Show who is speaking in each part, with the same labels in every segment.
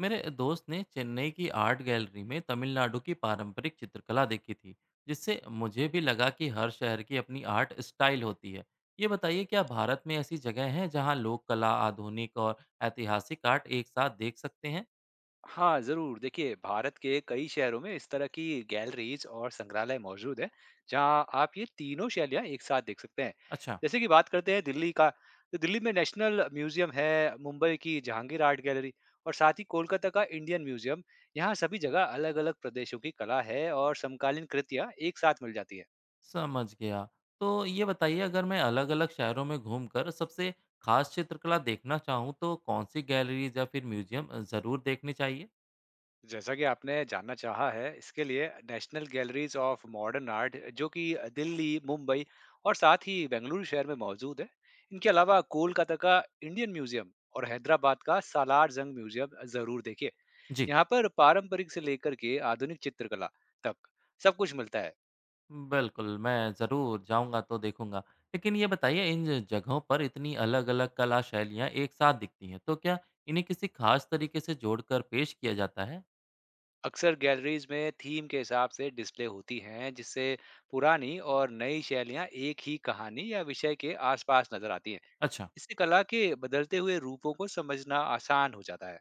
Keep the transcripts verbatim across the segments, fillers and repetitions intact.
Speaker 1: मेरे दोस्त ने चेन्नई की आर्ट गैलरी में तमिलनाडु की पारंपरिक चित्रकला देखी थी जिससे मुझे भी लगा कि हर शहर की अपनी आर्ट स्टाइल होती है। ये बताइए, क्या भारत में ऐसी जगह हैं जहाँ लोक कला, आधुनिक और ऐतिहासिक आर्ट एक साथ देख सकते हैं?
Speaker 2: हाँ, ज़रूर। देखिए, भारत के कई शहरों में इस तरह की गैलरीज़ और संग्रहालय मौजूद हैं, जहाँ आप ये तीनों शैलियाँ एक साथ देख सकते हैं।
Speaker 1: अच्छा,
Speaker 2: जैसे कि बात करते हैं दिल्ली का, तो दिल्ली में नेशनल म्यूज़ियम है, मुंबई की जहांगीर आर्ट गैलरी और साथ ही कोलकाता का इंडियन म्यूज़ियम। यहाँ सभी जगह अलग-अलग प्रदेशों की कला है और समकालीन कृतियाँ एक साथ मिल जाती हैं।
Speaker 1: समझ गया। तो ये बताइए, अगर मैं अलग अलग शहरों में घूमकर सबसे खास चित्रकला देखना चाहूँ तो कौन सी गैलरीज या फिर म्यूजियम ज़रूर देखने चाहिए?
Speaker 2: जैसा कि आपने जानना चाहा है, इसके लिए National Galleries of Modern Art जो कि दिल्ली, मुंबई और साथ ही बेंगलुरु शहर में मौजूद है। इनके अलावा कोलकाता का इंडियन म्यूजियम और हैदराबाद का सालार जंग म्यूजियम जरूर देखिए।
Speaker 1: जी।
Speaker 2: यहाँ पर पारंपरिक से लेकर के आधुनिक चित्रकला तक सब कुछ मिलता है।
Speaker 1: बिल्कुल, मैं ज़रूर जाऊँगा तो देखूँगा। लेकिन ये बताइए, इन ज जगहों पर इतनी अलग-अलग कला शैलियाँ एक साथ दिखती हैं, तो क्या इन्हें किसी ख़ास तरीके से जोड़कर पेश किया जाता है?
Speaker 2: अक्सर गैलरीज में थीम के हिसाब से डिस्प्ले होती हैं, जिससे पुरानी और नई शैलियाँ एक ही कहानी या विषय के आसपास नजर आती हैं।
Speaker 1: अच्छा।
Speaker 2: इससे कला के बदलते हुए रूपों को समझना आसान हो जाता है।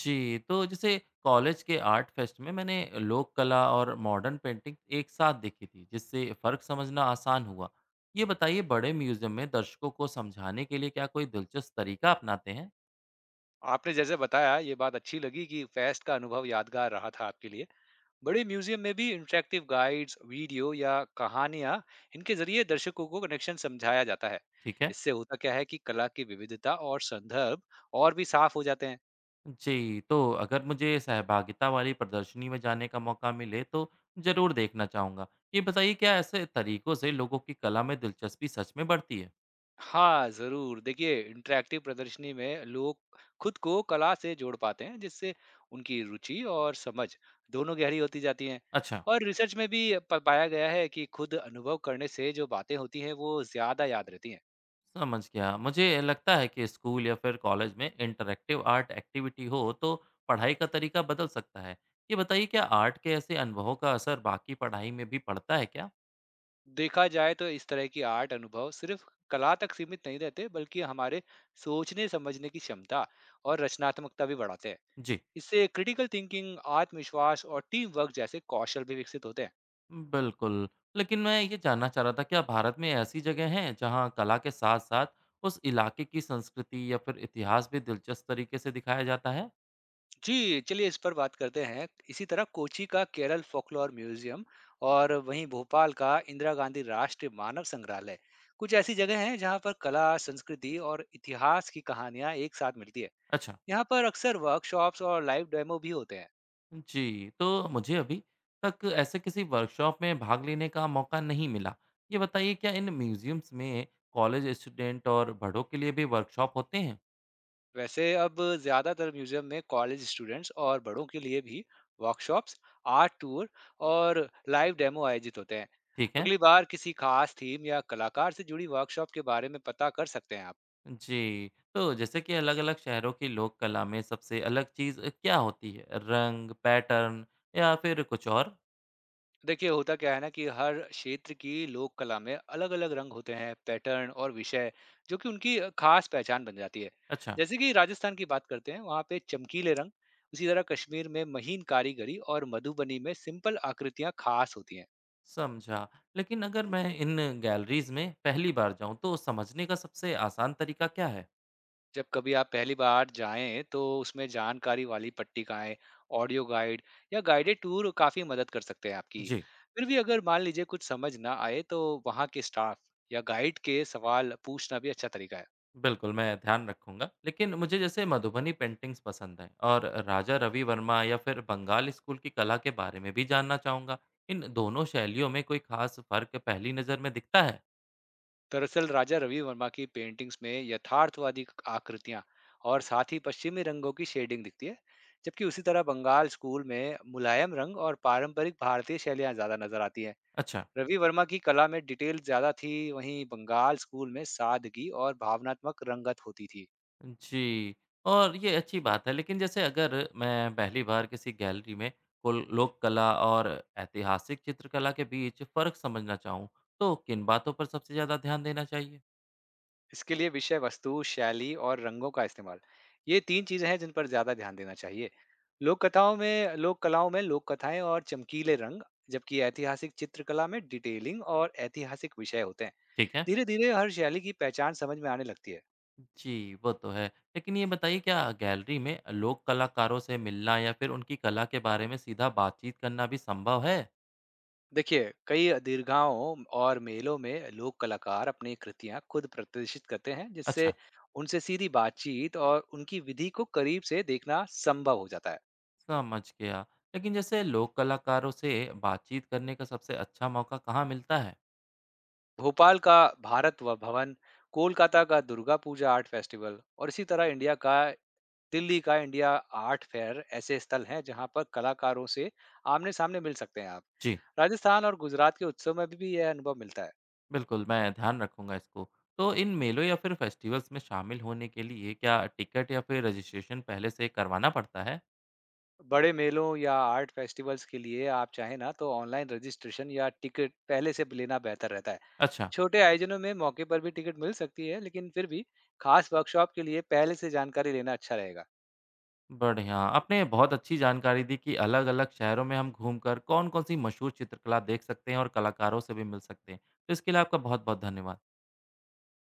Speaker 1: जी, तो जैसे कॉलेज के आर्ट फेस्ट में मैंने लोक कला और मॉडर्न पेंटिंग एक साथ देखी थी, जिससे फ़र्क समझना आसान हुआ। ये बताइए, बड़े म्यूज़ियम में दर्शकों को समझाने के लिए क्या कोई दिलचस्प तरीका अपनाते हैं?
Speaker 2: आपने जैसे बताया ये बात अच्छी लगी कि फेस्ट का अनुभव यादगार रहा था आपके लिए। बड़े म्यूज़ियम में भी इंटरैक्टिव गाइड्स, वीडियो या कहानियाँ इनके ज़रिए दर्शकों को कनेक्शन समझाया जाता है।
Speaker 1: ठीक है।
Speaker 2: इससे होता क्या है कि कला की विविधता और संदर्भ और भी साफ हो जाते हैं।
Speaker 1: जी, तो अगर मुझे सहभागिता वाली प्रदर्शनी में जाने का मौका मिले तो ज़रूर देखना चाहूँगा। ये बताइए, क्या ऐसे तरीकों से लोगों की कला में दिलचस्पी सच में बढ़ती है?
Speaker 2: हाँ, ज़रूर। देखिए, इंटरैक्टिव प्रदर्शनी में लोग खुद को कला से जोड़ पाते हैं, जिससे उनकी रुचि और समझ दोनों गहरी होती जाती हैं।
Speaker 1: अच्छा,
Speaker 2: और रिसर्च में भी प पाया गया है कि खुद अनुभव करने से जो बातें होती हैं, वो ज़्यादा याद रहती हैं।
Speaker 1: समझ गया। मुझे लगता है कि स्कूल या फिर कॉलेज में इंटरैक्टिव आर्ट एक्टिविटी हो तो पढ़ाई का तरीका बदल सकता है। ये बताइए, क्या आर्ट के ऐसे अनुभवों का असर बाकी पढ़ाई में भी पड़ता है क्या?
Speaker 2: देखा जाए तो इस तरह की आर्ट अनुभव सिर्फ कला तक सीमित नहीं रहते, बल्कि हमारे सोचने-समझने की क्षमता और रचनात्मकता भी बढ़ाते हैं।
Speaker 1: जी
Speaker 2: इससे क्रिटिकल थिंकिंग, आत्मविश्वास और टीम वर्क जैसे कौशल भी विकसित होते हैं।
Speaker 1: बिल्कुल। लेकिन मैं ये जानना चाह रहा था, क्या भारत में ऐसी जगह हैं जहाँ कला के साथ-साथ उस इलाके की संस्कृति या फिर इतिहास भी दिलचस्प तरीके से दिखाया जाता है?
Speaker 2: जी, चलिए इस पर बात करते हैं। इसी तरह कोची का केरल फ़ोकलोर म्यूज़ियम और वहीं भोपाल का इंदिरा गांधी राष्ट्रीय मानव संग्रहालय, कुछ ऐसी जगह हैं जहाँ पर कला, संस्कृति और इतिहास की कहानियाँ एक साथ मिलती है।
Speaker 1: अच्छा।
Speaker 2: यहाँ पर अक्सर वर्कशॉप्स और लाइव डेमो भी होते हैं।
Speaker 1: जी, तो मुझे अभी तक ऐसे किसी वर्कशॉप में भाग लेने का मौका नहीं मिला। ये बताइए, क्या इन म्यूज़ियम्स में कॉलेज स्टूडेंट और बड़ों के लिए भी वर्कशॉप होते हैं?
Speaker 2: वैसे अब ज़्यादातर म्यूज़ियम में कॉलेज स्टूडेंट्स और बड़ों के लिए भी वर्कशॉप्स, आर्ट टूर और लाइव डेमो आयोजित होते हैं।
Speaker 1: ठीक है।
Speaker 2: अगली बार किसी खास थीम या कलाकार से जुड़ी वर्कशॉप के बारे में पता कर सकते हैं आप।
Speaker 1: जी, तो जैसे कि अलग-अलग शहरों की लोक कला में सबसे अलग चीज़ क्या होती है? रंग, पैटर्न या फिर कुछ और?
Speaker 2: देखिए होता क्या है ना कि हर क्षेत्र की लोक कला में अलग अलग रंग होते हैं पैटर्न और विषय जो कि उनकी खास पहचान बन जाती है।
Speaker 1: अच्छा।
Speaker 2: जैसे कि राजस्थान की बात करते हैं वहाँ पे चमकीले रंग, उसी तरह कश्मीर में महीन कारीगरी और मधुबनी में सिंपल आकृतियाँ खास होती हैं।
Speaker 1: समझा। लेकिन अगर मैं इन गैलरीज़ में पहली बार जाऊँ तो समझने का सबसे आसान तरीका क्या है?
Speaker 2: जब कभी आप पहली बार जाएं तो उसमें जानकारी वाली पट्टिकाएं, ऑडियो गाइड या गाइडेड टूर काफी मदद कर सकते हैं आपकी।
Speaker 1: जी
Speaker 2: फिर भी अगर मान लीजिए कुछ समझ ना आए तो वहाँ के स्टाफ या गाइड के सवाल पूछना भी अच्छा तरीका है।
Speaker 1: बिल्कुल, मैं ध्यान रखूँगा। लेकिन मुझे जैसे मधुबनी पेंटिंग्स पसंद हैं, और राजा रवि वर्मा या फिर बंगाल स्कूल की कला के बारे में भी जानना चाहूँगा। इन दोनों शैलियों में कोई खास फ़र्क पहली नज़र में दिखता है?
Speaker 2: दरअसल राजा रवि वर्मा की पेंटिंग्स में यथार्थवादी आकृतियां और साथ ही पश्चिमी रंगों की शेडिंग दिखती है, जबकि उसी तरह बंगाल स्कूल में मुलायम रंग और पारंपरिक भारतीय शैलियां ज्यादा नजर आती हैं।
Speaker 1: अच्छा
Speaker 2: रवि वर्मा की कला में डिटेल ज्यादा थी, वहीं बंगाल स्कूल में सादगी और भावनात्मक रंगत होती थी।
Speaker 1: जी, और ये अच्छी बात है, लेकिन जैसे अगर मैं पहली बार किसी गैलरी में कुल लोक कला और ऐतिहासिक चित्रकला के बीच फ़र्क समझना चाहूँ, तो किन बातों पर सबसे ज़्यादा ध्यान देना चाहिए?
Speaker 2: इसके लिए विषय वस्तु, शैली और रंगों का इस्तेमाल। ये तीन चीज़ें हैं जिन पर ज़्यादा ध्यान देना चाहिए। लोक कथाओं में लोक कलाओं में लोक कथाएँ और चमकीले रंग, जबकि ऐतिहासिक चित्रकला में डिटेलिंग और ऐतिहासिक विषय होते हैं।
Speaker 1: ठीक है
Speaker 2: धीरे-धीरे हर शैली की पहचान समझ में आने लगती है।
Speaker 1: जी, वो तो है। लेकिन ये बताइए, क्या गैलरी में लोक कलाकारों से मिलना या फिर उनकी कला के बारे में सीधा बातचीत करना भी संभव है?
Speaker 2: देखिए, कई दीर्घाओं और मेलों में लोक कलाकार अपनी कृतियाँ खुद प्रदर्शित करते हैं,
Speaker 1: अच्छा,
Speaker 2: जिससे उनसे सीधी बातचीत और उनकी विधि को करीब से देखना संभव हो जाता है।
Speaker 1: समझ गया। लेकिन जैसे लोक कलाकारों से बातचीत करने का सबसे अच्छा मौका कहाँ मिलता है?
Speaker 2: भोपाल का भारत व भवन, कोलकाता का दुर्गा पूजा आर्ट फेस्टिवल और इसी तरह इंडिया का दिल्ली का इंडिया आर्ट फेयर ऐसे स्थल हैं जहां पर कलाकारों से आमने सामने मिल सकते हैं आप।
Speaker 1: जी।
Speaker 2: राजस्थान और गुजरात के उत्सव में भी यह अनुभव मिलता है।
Speaker 1: बिल्कुल, मैं ध्यान रखूँगा इसको। तो इन मेलों या फिर फेस्टिवल्स में शामिल होने के लिए क्या टिकट या फिर रजिस्ट्रेशन पहले से करवाना पड़ता है?
Speaker 2: बड़े मेलों या आर्ट फेस्टिवल्स के लिए आप चाहें ना तो ऑनलाइन रजिस्ट्रेशन या टिकट पहले से लेना बेहतर रहता है।
Speaker 1: अच्छा,
Speaker 2: छोटे आयोजनों में मौके पर भी टिकट मिल सकती है, लेकिन फिर भी खास वर्कशॉप के लिए पहले से जानकारी लेना अच्छा रहेगा।
Speaker 1: बढ़िया। आपने बहुत अच्छी जानकारी दी कि अलग-अलग शहरों में हम घूमकर कौन-कौन सी मशहूर चित्रकला देख सकते हैं और कलाकारों से भी मिल सकते हैं। तो इसके लिए आपका बहुत-बहुत धन्यवाद।